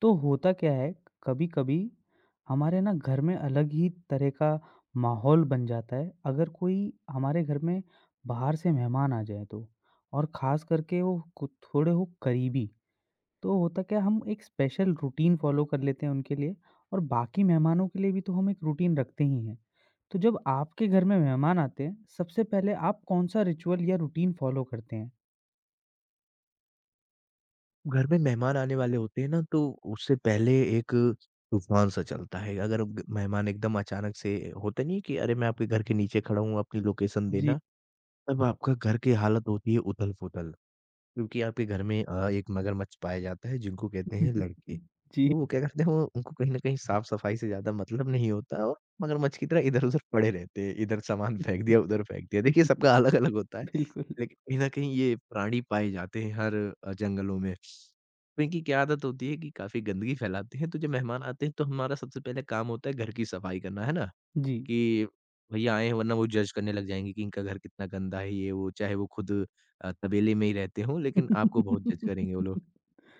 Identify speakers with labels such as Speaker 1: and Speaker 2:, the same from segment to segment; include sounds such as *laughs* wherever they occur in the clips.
Speaker 1: तो होता क्या है, कभी-कभी हमारे ना घर में अलग ही तरह का माहौल बन जाता है, अगर कोई हमारे घर में बाहर से मेहमान आ जाए तो। और ख़ास करके वो कु थोड़े हो करीबी, तो होता क्या है हम एक स्पेशल रूटीन फ़ॉलो कर लेते हैं उनके लिए और बाकी मेहमानों के लिए भी तो हम एक रूटीन रखते ही हैं। तो जब आपके घर में मेहमान आते हैं, सबसे पहले आप कौन-सा रिचुअल या रूटीन फ़ॉलो करते हैं?
Speaker 2: घर में मेहमान आने वाले होते हैं ना, तो उससे पहले एक तूफान सा चलता है। अगर मेहमान एकदम अचानक से, होता नहीं है कि अरे मैं आपके घर के नीचे खड़ा हूँ, अपनी लोकेशन
Speaker 1: जी।
Speaker 2: देना। तब आपका घर की हालत होती है उथल पुथल, क्योंकि आपके घर में एक मगरमच्छ पाया जाता है, जिनको कहते हैं
Speaker 1: *laughs*
Speaker 2: लड़के।
Speaker 1: जी।
Speaker 2: तो वो क्या करते हैं, वो उनको कहीं न कहीं साफ-सफाई से ज़्यादा मतलब नहीं होता, और मगरमच्छ की तरह इधर-उधर पड़े रहते हैं। इधर सामान फेंक दिया, उधर फेंक दिया। देखिए,
Speaker 1: *laughs*
Speaker 2: सबका अलग-अलग होता है,
Speaker 1: बिल्कुल।
Speaker 2: लेकिन कहीं न कहीं ये प्राणी पाए जाते हैं हर जंगलों में। तो इनकी क्या आदत होती है कि काफ़ी गंदगी फैलाते हैं, तो जब मेहमान आते हैं तो हमारा सबसे पहले काम होता है घर की सफाई करना, है ना?
Speaker 1: जी।
Speaker 2: कि भैया आए हैं, वरना वो जज करने लग जाएँगे कि इनका घर कितना गंदा है ये वो, चाहे वो खुद तबेले में ही रहते हों, लेकिन आपको बहुत जज करेंगे वो लोग।
Speaker 1: *laughs*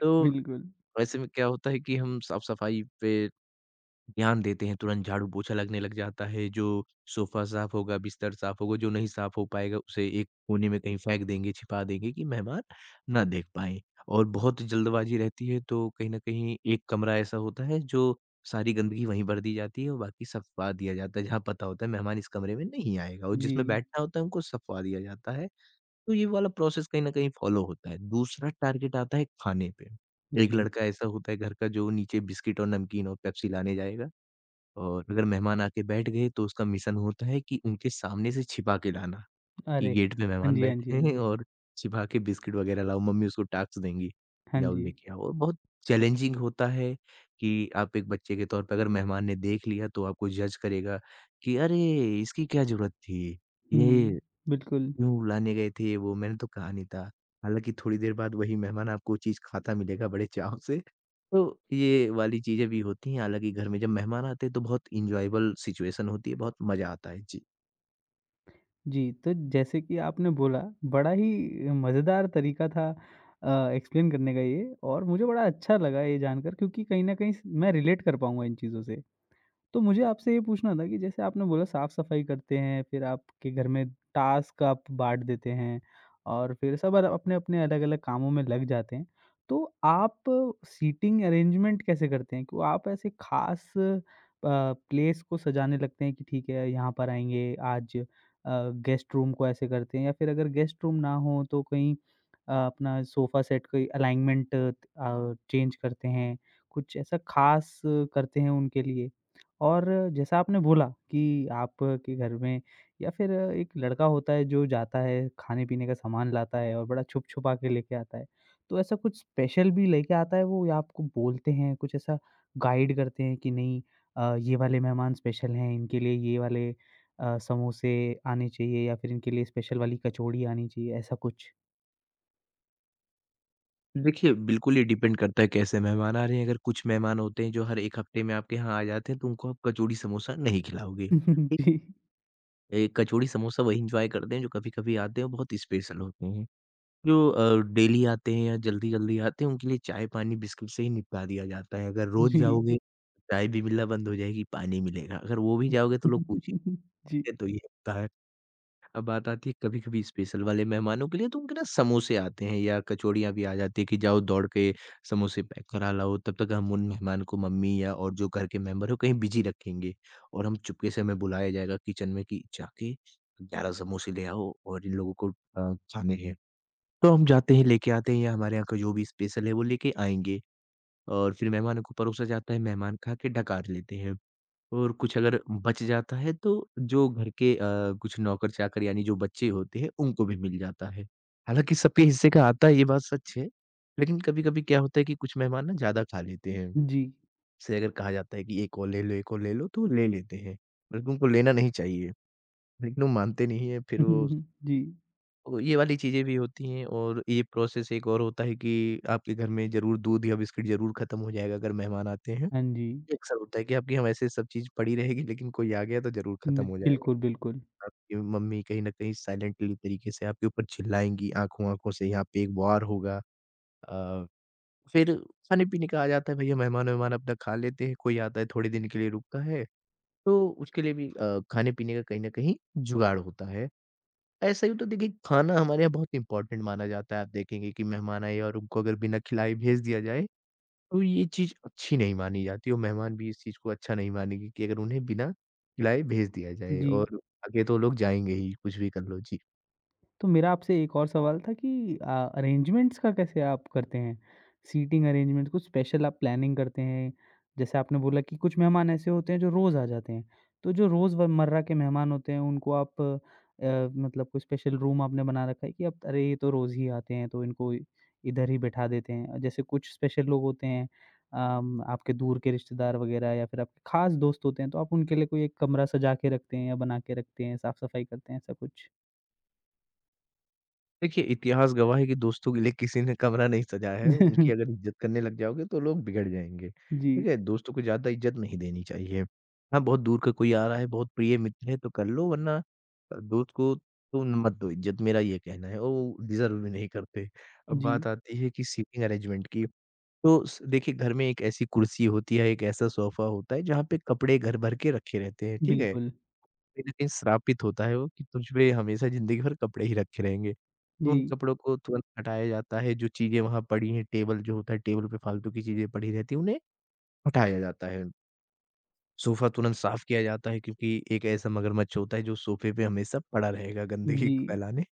Speaker 2: तो
Speaker 1: बिल्कुल,
Speaker 2: ऐसे में क्या होता है कि हम साफ-सफाई पे ध्यान देते हैं, तुरंत झाड़ू-पोछा लगने लग जाता है, जो सोफ़ा साफ़ होगा, बिस्तर साफ़ होगा, जो नहीं साफ़ हो पाएगा उसे एक कोने में कहीं फेंक देंगे, छिपा देंगे कि मेहमान ना देख पाएँ। और बहुत जल्दबाज़ी रहती है, तो कहीं न कहीं एक कमरा ऐसा होता है जो सारी गंदगी वहीं भर दी जाती है, और बाकी सफवा दिया जाता है, जहाँ पता होता है मेहमान इस कमरे में नहीं आएगा, और जिसमें
Speaker 1: जी,
Speaker 2: बैठना होता है उनको सफवा दिया जाता है। तो ये वाला प्रोसेस कहीं न कहीं फ़ॉलो होता है। दूसरा टारगेट आता है खाने पे। एक
Speaker 1: जी।
Speaker 2: लड़का ऐसा होता है घर का, जो नीचे बिस्किट और नमकीन और पेप्सी लाने जाएगा, और अगर मेहमान आके बैठ गए तो उसका मिशन होता है कि उनके सामने से छिपा के लाना, कि
Speaker 1: अरे!
Speaker 2: गेट पे
Speaker 1: हाँ
Speaker 2: मेहमान
Speaker 1: जी, हाँ जी,
Speaker 2: बैठे
Speaker 1: हाँ
Speaker 2: हैं
Speaker 1: जी।
Speaker 2: और छिपा के बिस्किट वगैरह लाओ। मम्मी उसको टास्क देंगी कि
Speaker 1: हाँ
Speaker 2: जाओ
Speaker 1: जी।
Speaker 2: लेके आओ, और बहुत चैलेंजिंग होता है कि आप एक बच्चे के तौर पे अगर मेहमान ने देख लिया तो आपको जज करेगा कि अरे! इसकी क्या ज़रूरत थी? ये
Speaker 1: हुँ, बिल्कुल।
Speaker 2: क्यों लाने गए थे ये वो? मैंने तो कहा नहीं था। हालाँकि थोड़ी देर बाद वही मेहमान आपको वो चीज़ खाता मिलेगा बड़े चाव से। तो ये वाली चीज़ें भी होती हैं, हालाँकि घर में जब मेहमान आते हैं तो बहुत एन्जॉयबल सिचुएशन होती है, बहुत मज़ा आता है। जी।
Speaker 1: जी, तो जैसे कि आपने बोला बड़ा ही मज़ेदार तरीका था एक्सप्लेन करने का ये और मुझे बड़ा अच्छा लगा ये जानकर क्योंकि कहीं न कहीं स मैं रिलेट कर पाऊँगा इन चीज़ों से। तो मुझे आपसे ये पूछना था कि जैसे आपने बोला साफ-सफाई करते हैं, फिर आपके घर में टास्क आप बाँट देते हैं और फिर सब अर अपने-अपने अलग-अलग कामों में लग जाते हैं। तो आप सीटिंग अरेंजमेंट कैसे करते हैं? क्यों आप ऐसे खास अ, प्लेस को सजाने लगते हैं कि ठीक है, यहाँ पर आएँगे आज गेस्ट रूम को ऐसे करते हैं या फिर अगर गेस्ट रूम ना हो तो कहीं अपना सोफ़ा सेट कोई अलाइनमेंट चेंज करते हैं, कुछ ऐसा खास करते हैं उनके लिए? और जैसा आपने बोला कि आपके घर में या फिर एक लड़का होता है जो जाता है खाने-पीने का सामान लाता है और बड़ा छुप-छुपा के लेके आता है। तो ऐसा कुछ स्पेशल भी लेके आता है वो या आपको बोलते हैं, कुछ ऐसा गाइड करते हैं कि नहीं ये वाले मेहमान स्पेशल हैं, इनके लिए ये वाले समोसे आने चाहिए या फिर इनके लिए स्पेशल वाली कचौड़ी आनी चाहिए, ऐसा कुछ?
Speaker 2: देखिए, बिल्कुल ये डिपेंड करता है कैसे मेहमान आ रहे हैं। अगर कुछ मेहमान होते हैं जो हर 1 हफ्ते में आपके यहाँ आ जाते हैं, तो उनको आप कचौड़ी समोसा नहीं खिलाओगे। ठीक?
Speaker 1: *laughs* जी,
Speaker 2: कचौड़ी समोसा वही एन्जॉय करते हैं, जो कभी-कभी आते हैं और बहुत स्पेशल होते हैं। जो डेली आते हैं या जल्दी-जल्दी आते हैं, उनके लिए चाय-पानी बिस्किट से ही निपटा दिया जाता है। अगर रोज़
Speaker 1: जी।
Speaker 2: जाओगे, चाय भी मिलना बंद हो जाएगी, पानी मिलेगा। अगर वो भी जाओगे, तो लोग पूछेंगे,
Speaker 1: *laughs* जी,
Speaker 2: "तो ये होता है।" अब बात आती है कभी-कभी स्पेशल वाले मेहमानों के लिए, तो उनके ना समोसे आते हैं या कचौड़ियाँ भी आ जाती है कि जाओ दौड़ के समोसे पैक करा लाओ। तब तक हम उन मेहमान को, मम्मी या और जो घर के मेंबर हो, कहीं बिज़ी रखेंगे, और हम चुपके से, हमें बुलाया जाएगा किचन में कि, "जाके 11 समोसे ले आओ और इन लोगों को अ, खाने हैं।" तो हम जाते हैं, लेके आते हैं, या हमारे यहाँ का जो भी स्पेशल है वो लेके आएँगे, और फिर मेहमानों को परोसा जाता है, मेहमान खा के डकार लेते हैं। और कुछ अगर बच जाता है तो जो घर के कुछ नौकर-चाकर, यानी जो बच्चे होते हैं, उनको भी मिल जाता है। हालाँकि सबके हिस्से का आता है, ये बात सच है, लेकिन कभी-कभी क्या होता है कि कुछ मेहमान ना ज़्यादा खा लेते हैं।
Speaker 1: जी।
Speaker 2: जैसे अगर कहा जाता है कि एक और ले लो, एक और ले लो, तो वो ले लेते हैं, बल्कि उनको लेना नहीं चाहिए, लेकिन वो मानते नहीं हैं, फिर वो।
Speaker 1: *laughs* जी।
Speaker 2: तो ये वाली चीज़ें भी होती हैं, और ये प्रोसेस एक और होता है कि आपके घर में ज़रूर दूध या बिस्किट ज़रूर ख़त्म हो जाएगा अगर मेहमान आते हैं।
Speaker 1: हाँ जी।
Speaker 2: ये अक्सर होता है कि आपके यहाँ वैसे सब चीज़ पड़ी रहेगी, लेकिन कोई आ गया तो ज़रूर ख़त्म
Speaker 1: न-
Speaker 2: हो जाएगा।
Speaker 1: बिल्कुल, बिल्कुल।
Speaker 2: आपकी मम्मी कहीं न कहीं साइलेंटली तरीके से आपके ऊपर चिल्लाएँगी, आँखों-आँखों से यहाँ पे एक वार होगा। अ, फिर खाने-पीने का आ जाता है। भैया मेहमान-वेहमान अपना खा लेते हैं, कोई आता है थोड़े दिन के लिए रुकता है, तो उसके लिए भी खाने-पीने का कहीं न कहीं जुगाड़ होता है। ऐसा ही तो, देखिए, खाना हमारे यहाँ बहुत इम्पोर्टेंट माना जाता है। आप देखेंगे कि मेहमान आए, और उनको अगर बिना खिलाए भेज दिया जाए, तो ये चीज़ अच्छी नहीं मानी जाती, और मेहमान भी इस चीज़ को अच्छा नहीं मानेंगे कि अगर उन्हें बिना खिलाए भेज दिया जाए,
Speaker 1: जी,
Speaker 2: और आगे तो लोग जाएँगे ही, कुछ भी कर लो। जी।
Speaker 1: तो मेरा आपसे एक और सवाल था कि अरेंजमेंट्स का कैसे आप करते हैं? सीटिंग अरेंजमेंट कुछ स्पेशल आप प्लानिंग करते हैं? जैसे आपने बोला कि कुछ मेहमान ऐसे होते हैं जो रोज़ आ जाते हैं, तो जो रोज़मर्रा के मेहमान होते हैं उनको आप मतलब कोई स्पेशल रूम आपने बना रखा है कि आप अरे ये तो रोज़ ही आते हैं तो इनको इधर ही बिठा देते हैं। जैसे कुछ स्पेशल लोग होते हैं आपके दूर के रिश्तेदार वगैरह या फिर आपके ख़ास दोस्त होते हैं, तो आप उनके लिए कोई एक कमरा सजा के रखते हैं या बना के रखते हैं, साफ़-सफ़ाई करते हैं, ऐसा कुछ?
Speaker 2: देखिए, इतिहास गवाह है कि दोस्तों के लिए किसी ने कमरा नहीं सजाया है। उनकी अगर
Speaker 1: *laughs*
Speaker 2: इज़्ज़त करने लग जाओगे तो लोग बिगड़ जाएँगे। ठीक
Speaker 1: जी,
Speaker 2: है? दोस्तों को ज़्यादा इज़्ज़त नहीं देनी चाहिए। हाँ, बहुत दूर का कोई आ रहा है, बहुत प्रिय मित्र है, तो कर लो, वरना दोस्त को तो मत दो इज़्ज़त, मेरा ये कहना है। और वो डिज़र्व भी नहीं करते। अब बात
Speaker 1: जी,
Speaker 2: आती है कि सीटिंग अरेंजमेंट की। तो स देखिए, घर में एक ऐसी कुर्सी होती है, एक ऐसा सोफ़ा होता है, जहाँ पे कपड़े घर भर के रखे रहते हैं। ठीक है?
Speaker 1: बिल्कुल।
Speaker 2: कहीं न कहीं श्रापित होता है वो कि तुझ पे हमेशा ज़िंदगी भर कपड़े ही रखे रहेंगे। तो उन
Speaker 1: जी,
Speaker 2: कपड़ों को तुरंत हटाया जाता है, जो चीज़ें वहाँ पड़ी हैं, टेबल जो होता है, टेबल पे फालतू की चीज़ें पड़ी रहती हैं, उन्हें हटाया जाता है। सोफ़ा तुरंत साफ़ किया जाता है, क्योंकि एक ऐसा मगरमच्छ होता है, जो सोफ़े पे हमेशा पड़ा रहेगा गंदगी
Speaker 1: जी,
Speaker 2: फैलाने।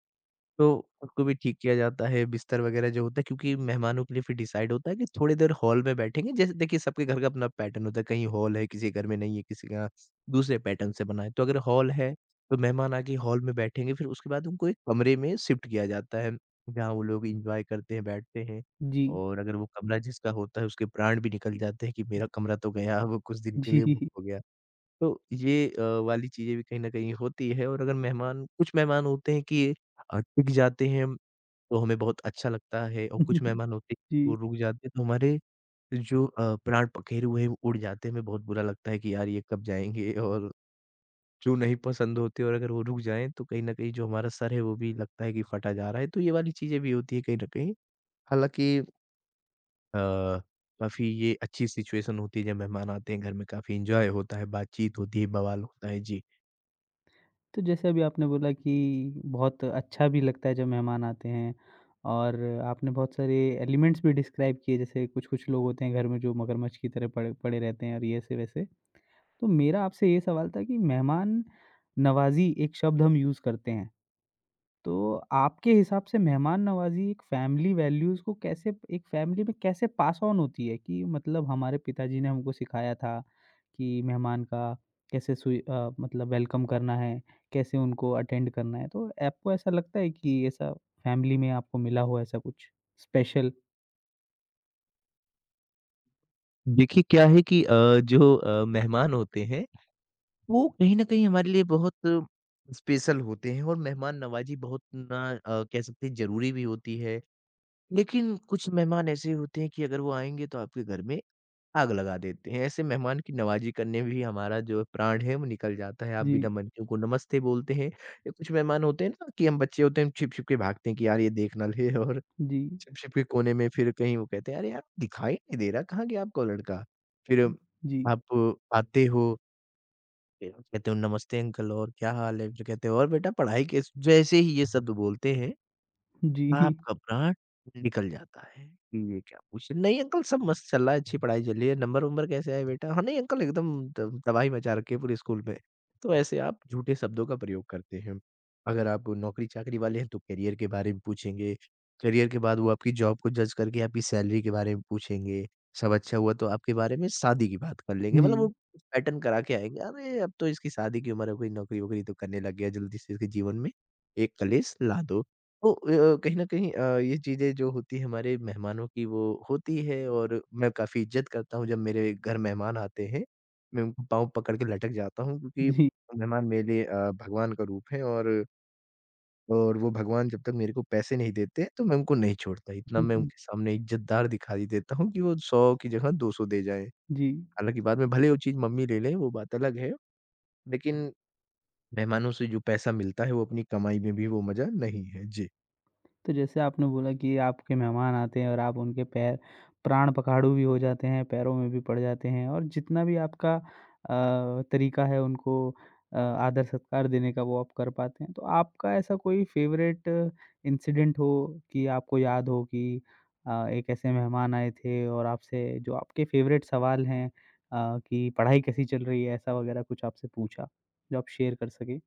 Speaker 2: तो उसको भी ठीक किया जाता है, बिस्तर वगैरह जो होता है, क्योंकि मेहमानों के लिए फिर डिसाइड होता है कि थोड़ी देर हॉल में बैठेंगे। जैसे, देखिए, सबके घर का अपना पैटर्न होता है, कहीं हॉल है, किसी घर में नहीं है, किसी का दूसरे पैटर्न से बना है। तो अगर हॉल है, तो मेहमान आके हॉल में बैठेंगे, फिर उसके बाद उनको एक कमरे में शिफ्ट किया जाता है, जहाँ वो लोग एन्जॉय करते हैं, बैठते हैं।
Speaker 1: जी,
Speaker 2: और अगर वो कमरा जिसका होता है, उसके प्राण भी निकल जाते हैं कि मेरा कमरा तो गया, वो कुछ दिन के लिए बुक
Speaker 1: जी।
Speaker 2: हो गया। तो ये वाली चीज़ें भी कहीं न कहीं होती है, और अगर मेहमान, कुछ मेहमान होते हैं कि टिक जाते हैं, तो हमें बहुत अच्छा लगता है, और कुछ
Speaker 1: *laughs*
Speaker 2: मेहमान होते हैं वो
Speaker 1: जी,
Speaker 2: रुक जाते हैं, तो हमारे जो प्राण पखेरु हुए हैं वो उड़ जाते हैं, हमें बहुत बुरा लगता है कि यार ये कब जाएँगे। और जो नहीं पसंद होते, और अगर वो रुक जाएँ, तो कहीं न कहीं जो हमारा सर है वो भी लगता है कि फटा जा रहा है, तो ये वाली चीज़ें भी होती है कहीं न कहीं। हालाँकि अ, काफ़ी ये अच्छी सिचुएशन होती है, जब मेहमान आते हैं घर में काफ़ी एन्जॉय होता है, बातचीत होती है, बवाल होता है। जी।
Speaker 1: तो जैसे अभी आपने बोला कि बहुत अच्छा भी लगता है जब मेहमान आते हैं और आपने बहुत सारे एलिमेंट्स भी डिस्क्राइब किए जैसे कुछ-कुछ लोग होते हैं घर में जो मगरमच्छ की तरह पड़े पड़े रहते हैं और ये ऐसे-वैसे। तो मेरा आपसे ये सवाल था कि मेहमान नवाज़ी एक शब्द हम यूज़ करते हैं। तो आपके हिसाब से मेहमान नवाज़ी एक फ़ैमिली वैल्यूज़ को कैसे एक फ़ैमिली में कैसे पास ऑन होती है कि मतलब हमारे पिताजी ने हमको सिखाया था कि मेहमान का कैसे मतलब वेलकम करना है, कैसे उनको अटेंड करना है। तो आपको ऐसा लगता है कि ऐसा फ़ैमिली में आपको मिला हो ऐसा कुछ स्पेशल?
Speaker 2: देखिए, क्या है कि जो मेहमान होते हैं, वो कहीं न कहीं हमारे लिए बहुत स्पेशल होते हैं, और मेहमान नवाज़ी, बहुत ना कह सकते हैं ज़रूरी भी होती है। लेकिन कुछ मेहमान ऐसे होते हैं कि अगर वो आएँगे, तो आपके घर में आग लगा देते हैं। ऐसे मेहमान की नवाज़ी करने में भी हमारा जो प्राण है वो निकल जाता है। आप बिना
Speaker 1: जी,
Speaker 2: मन के उनको नमस्ते बोलते हैं, या कुछ मेहमान होते हैं ना कि हम बच्चे होते हैं, हम छिप-छिप के भागते हैं कि यार ये देख ना ले, और
Speaker 1: जी,
Speaker 2: शिप के कोने में, फिर कहीं वो कहते हैं, "अरे यार, दिखाई नहीं दे रहा, कहाँ गया आपका वो लड़का?" फिर
Speaker 1: जी,
Speaker 2: आप आते हो, फिर कहते हो, "नमस्ते अंकल, और क्या हाल है?" फिर कहते हो, "और बेटा पढ़ाई कैस", जैसे ही ये शब्द बोलते हैं,
Speaker 1: जी, *laughs*
Speaker 2: आप घबराहट निकल जाता है कि ये क्या पूछ। नहीं अंकल, सब मस्त चल रहा है, अच्छी पढ़ाई चल रही है, नंबर वंबर कैसे आए बेटा? हाँ नहीं अंकल, एकदम तबाही मचा रखी है पूरे स्कूल में। तो ऐसे आप झूठे शब्दों का प्रयोग करते हैं। अगर आप नौकरी चाकरी वाले हैं, तो करियर के बारे में पूछेंगे। करियर के बाद वो आपकी जॉब को जज करके आपकी सैलरी के बारे में पूछेंगे। सब अच्छा हुआ तो आपके बारे में शादी की बात कर लेंगे।
Speaker 1: जी,
Speaker 2: मतलब वो पैटर्न करा के आएंगे, अरे अब तो इसकी शादी की उम्र है, कोई नौकरी वोकरी तो करने लग गया, जल्दी से इसके जीवन में एक कलेश ला दो। तो कहीं न कहीं ये चीज़ें जो होती है हमारे मेहमानों की वो होती है और मैं काफ़ी इज़्ज़त करता हूँ जब मेरे घर मेहमान आते हैं। मैं उनको पाँव पकड़ के लटक जाता हूँ क्योंकि
Speaker 1: जी,
Speaker 2: मेहमान मेरे लिए भगवान का रूप है। और वो भगवान जब तक मेरे को पैसे नहीं देते तो मैं उनको नहीं छोड़ता। इतना मैं
Speaker 1: जी,
Speaker 2: उनके सामने इज़्ज़तदार दिखाई देता हूँ कि वो 100 की जगह 200 दे जाएँ।
Speaker 1: जी।
Speaker 2: हालाँकि बाद में भले वो चीज़ मम्मी ले लें, वो बात अलग है, लेकिन मेहमानों से जो पैसा मिलता है, वो अपनी कमाई में भी वो मज़ा नहीं है। जी।
Speaker 1: तो जैसे आपने बोला कि आपके मेहमान आते हैं और आप उनके पैर प्राण पखाड़ू भी हो जाते हैं, पैरों में भी पड़ जाते हैं और जितना भी आपका तरीका है उनको आदर सत्कार देने का वो आप कर पाते हैं। तो आपका ऐसा कोई फ़ेवरेट इंसिडेंट हो कि आपको याद हो कि एक ऐसे मेहमान आए थे और आपसे जो आपके फ़ेवरेट सवाल हैं कि पढ़ाई कैसी चल रही है? ऐसा वगैरह कुछ आपसे पूछा, जो आप शेयर कर सकें?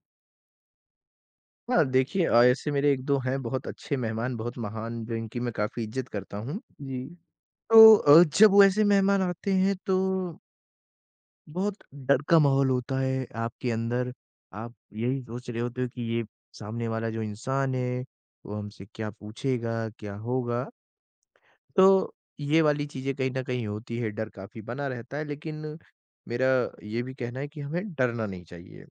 Speaker 2: हाँ, देखिए, ऐसे मेरे 1-2 हैं बहुत अच्छे मेहमान, बहुत महान, जिनकी मैं काफ़ी इज़्ज़त करता हूँ।
Speaker 1: जी,
Speaker 2: तो जब वो ऐसे मेहमान आते हैं तो बहुत डर का माहौल होता है आपके अंदर। आप यही सोच रहे होते हो कि ये सामने वाला जो इंसान है, वो हमसे क्या पूछेगा, क्या होगा? तो ये वाली चीज़ें कहीं न कहीं होती है, डर काफ़ी बना रहता है, लेकिन मेरा ये भी कहना है कि हमें डरना नहीं चाहिए।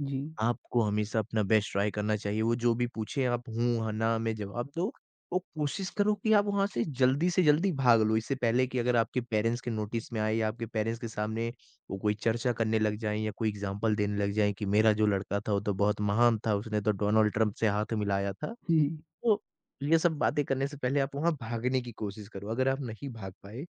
Speaker 1: जी,
Speaker 2: आपको हमेशा अपना बेस्ट ट्राई करना चाहिए। वो जो भी पूछे आप "हूँ" हाँ, "ना" में जवाब दो और कोशिश करो कि आप वहाँ से जल्दी भाग लो। इससे पहले कि अगर आपके पेरेंट्स के नोटिस में आए या आपके पेरेंट्स के सामने वो कोई चर्चा करने लग जाएँ या कोई एग्ज़ाम्पल देने लग जाएँ कि मेरा जो लड़का था वो तो बहुत महान था, उसने तो डोनाल्ड ट्रंप से हाथ मिलाया था।
Speaker 1: जी।
Speaker 2: तो ये सब बातें करने से पहले आप वहाँ भागने की कोशिश करो। अगर आप नहीं भाग पाए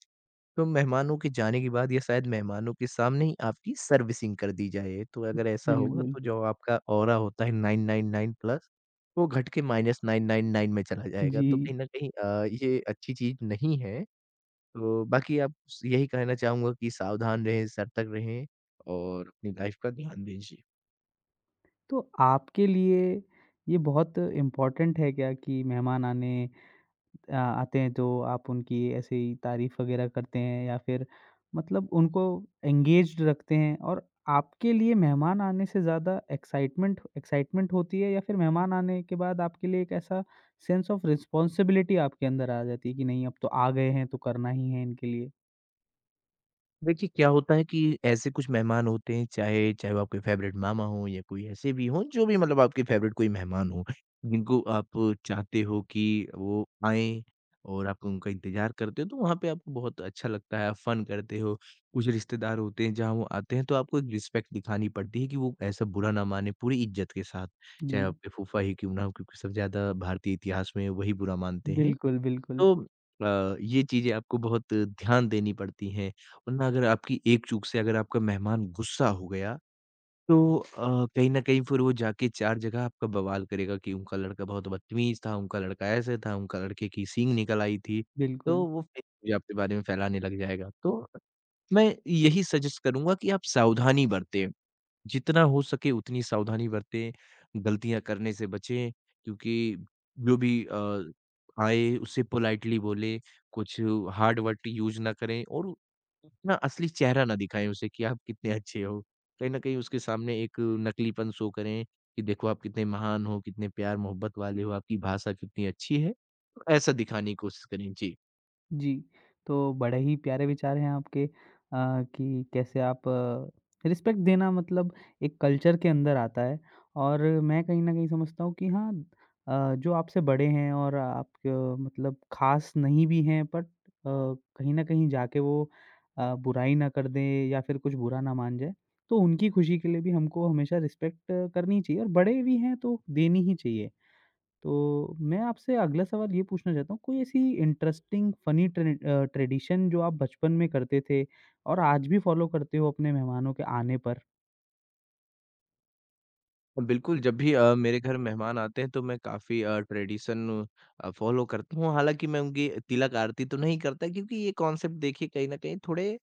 Speaker 2: तो मेहमानों के जाने के बाद या शायद मेहमानों के सामने ही आपकी सर्विसिंग कर दी जाए। तो अगर ऐसा होगा
Speaker 1: बिल्कुल,
Speaker 2: तो जो आपका ऑरा होता है 999 प्लस, वो घट के -999 में चला जाएगा।
Speaker 1: जी।
Speaker 2: तो कहीं न कहीं ये अच्छी चीज़ नहीं है। तो बाकी आप, यही कहना चाहूँगा कि सावधान रहें, सतर्क रहें और अपनी लाइफ़ का ध्यान दीजिए।
Speaker 1: तो आपके लिए ये बहुत इम्पोर्टेंट है क्या कि मेहमान आते हैं तो आप उनकी ऐसे ही तारीफ वगैरह करते हैं या फिर मतलब उनको एंगेज्ड रखते हैं और आपके लिए मेहमान आने से ज़्यादा एक्साइटमेंट एक्साइटमेंट होती है या फिर मेहमान आने के बाद आपके लिए एक ऐसा सेंस ऑफ रिस्पॉन्सिबिलिटी आपके अंदर आ जाती है कि नहीं अब तो आ गए हैं तो करना ही है इनके लिए?
Speaker 2: देखिए, क्या होता है कि ऐसे कुछ मेहमान होते हैं, चाहे चाहे वो आपके फ़ेवरेट मामा हों या कोई ऐसे भी हों, जो भी मतलब आपके फ़ेवरेट कोई मेहमान हों, जिनको आप चाहते हो कि वो आएँ और आप उनका इंतज़ार करते हो, तो वहाँ पे आपको बहुत अच्छा लगता है, आप फ़न करते हो। कुछ रिश्तेदार होते हैं, जहाँ वो आते हैं, तो आपको एक रिस्पेक्ट दिखानी पड़ती है कि वो ऐसा बुरा ना माने, पूरी इज़्ज़त के साथ।
Speaker 1: जी,
Speaker 2: चाहे आपके फूफा ही क्यों ना हों, क्योंकि सबसे ज़्यादा भारतीय इतिहास में वही बुरा मानते हैं।
Speaker 1: बिल्कुल, बिल्कुल,
Speaker 2: तो ये चीज़ें आपको बहुत ध्यान देनी पड़ती हैं, वरना अगर आपकी एक चूक से अगर आपका मेहमान गुस्सा हो गया, तो कहीं न कहीं फिर वो जाके 4 जगह आपका बवाल करेगा कि उनका लड़का बहुत बदतमीज़ था, उनका लड़का ऐसे था, उनका लड़के की सींग निकल आई थी,
Speaker 1: बिल्कुल।
Speaker 2: तो वो फेक न्यूज़ आपके बारे में फैलाने लग जाएगा। तो मैं यही सजेस्ट करूँगा कि आप सावधानी बरतें। जितना हो सके उतनी सावधानी बरतें, गलतियाँ करने से बचें, क्योंकि जो भी आए उससे पोलाइटली बोलें, कुछ हार्ड वर्ड यूज़ ना करें और अपना असली चेहरा ना दिखाएँ उसे कि आप कितने अच्छे हो। कहीं न कहीं उसके सामने एक नकलीपन शो करें कि देखो आप कितने महान हो, कितने प्यार-मोहब्बत वाले हो, आपकी भाषा कितनी अच्छी है। तो ऐसा दिखाने की कोशिश करें। जी।
Speaker 1: जी, तो बड़े ही प्यारे विचार हैं आपके कि कैसे आप रिस्पेक्ट देना मतलब एक कल्चर के अंदर आता है और मैं कहीं न कहीं समझता हूँ कि हाँ जो आपसे बड़े हैं और आप मतलब ख़ास नहीं भी हैं बट कहीं न कहीं जाके वो बुराई ना कर दें या फिर कुछ बुरा ना मान जाए, तो उनकी खुशी के लिए भी हमको हमेशा रिस्पेक्ट करनी चाहिए और बड़े भी हैं तो देनी ही चाहिए। तो मैं आपसे अगला सवाल ये पूछना चाहता हूँ, कोई ऐसी इंटरेस्टिंग फ़नी ट्रेडिशन जो आप बचपन में करते थे और आज भी फ़ॉलो करते हो अपने मेहमानों के आने पर?
Speaker 2: बिल्कुल, जब भी मेरे घर मेहमान आते हैं, तो मैं काफ़ी ट्रेडिशन फ़ॉलो करता हूँ। हालाँकि मैं उनकी तिलक आरती तो नहीं करता, क्योंकि ये कॉन्सेप्ट देखिए कहीं न कहीं थोड़े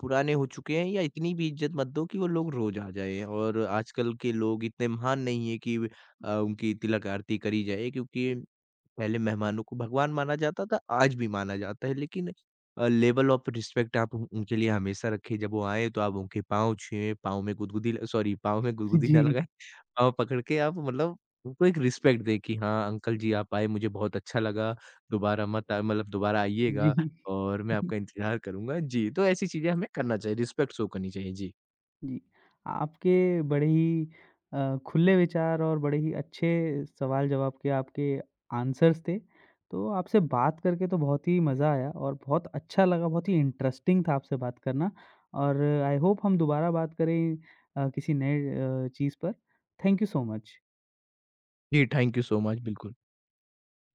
Speaker 2: पुराने हो चुके हैं, या इतनी भी इज़्ज़त मत दो कि वो लोग रोज़ आ जाएँ, और आजकल के लोग इतने महान नहीं हैं कि उनकी तिलक आरती करी जाए, क्योंकि पहले मेहमानों को भगवान माना जाता था, आज भी माना जाता है, लेकिन लेवल ऑफ रिस्पेक्ट आप उन उनके लिए हमेशा रखें, जब वो आएँ तो आप उनके पाँव छुएँ, पाँव में
Speaker 1: *laughs*
Speaker 2: गुदगुदी ना
Speaker 1: जी,
Speaker 2: लगाएँ, पाँव पकड़ के आप, मतलब उनको एक रिस्पेक्ट दें कि हाँ, अंकल जी आप आए मुझे बहुत अच्छा लगा, दोबारा मत आ मतलब दोबारा आइएगा
Speaker 1: जी।
Speaker 2: और मैं आपका इंतज़ार करूँगा। जी, तो ऐसी चीज़ें हमें करना चाहिए, रिस्पेक्ट शो करनी चाहिए। जी।
Speaker 1: जी, आपके बड़े ही खुले विचार और बड़े ही अच्छे सवाल-जवाब के आपके आंसर्स थे। तो आपसे बात करके तो बहुत ही मज़ा आया और बहुत अच्छा लगा, बहुत ही इंटरेस्टिंग था आपसे बात करना और आई होप हम दोबारा बात करें किसी नए चीज़ पर। Thank you so much.
Speaker 2: जी, थैंक यू सो मच, बिल्कुल।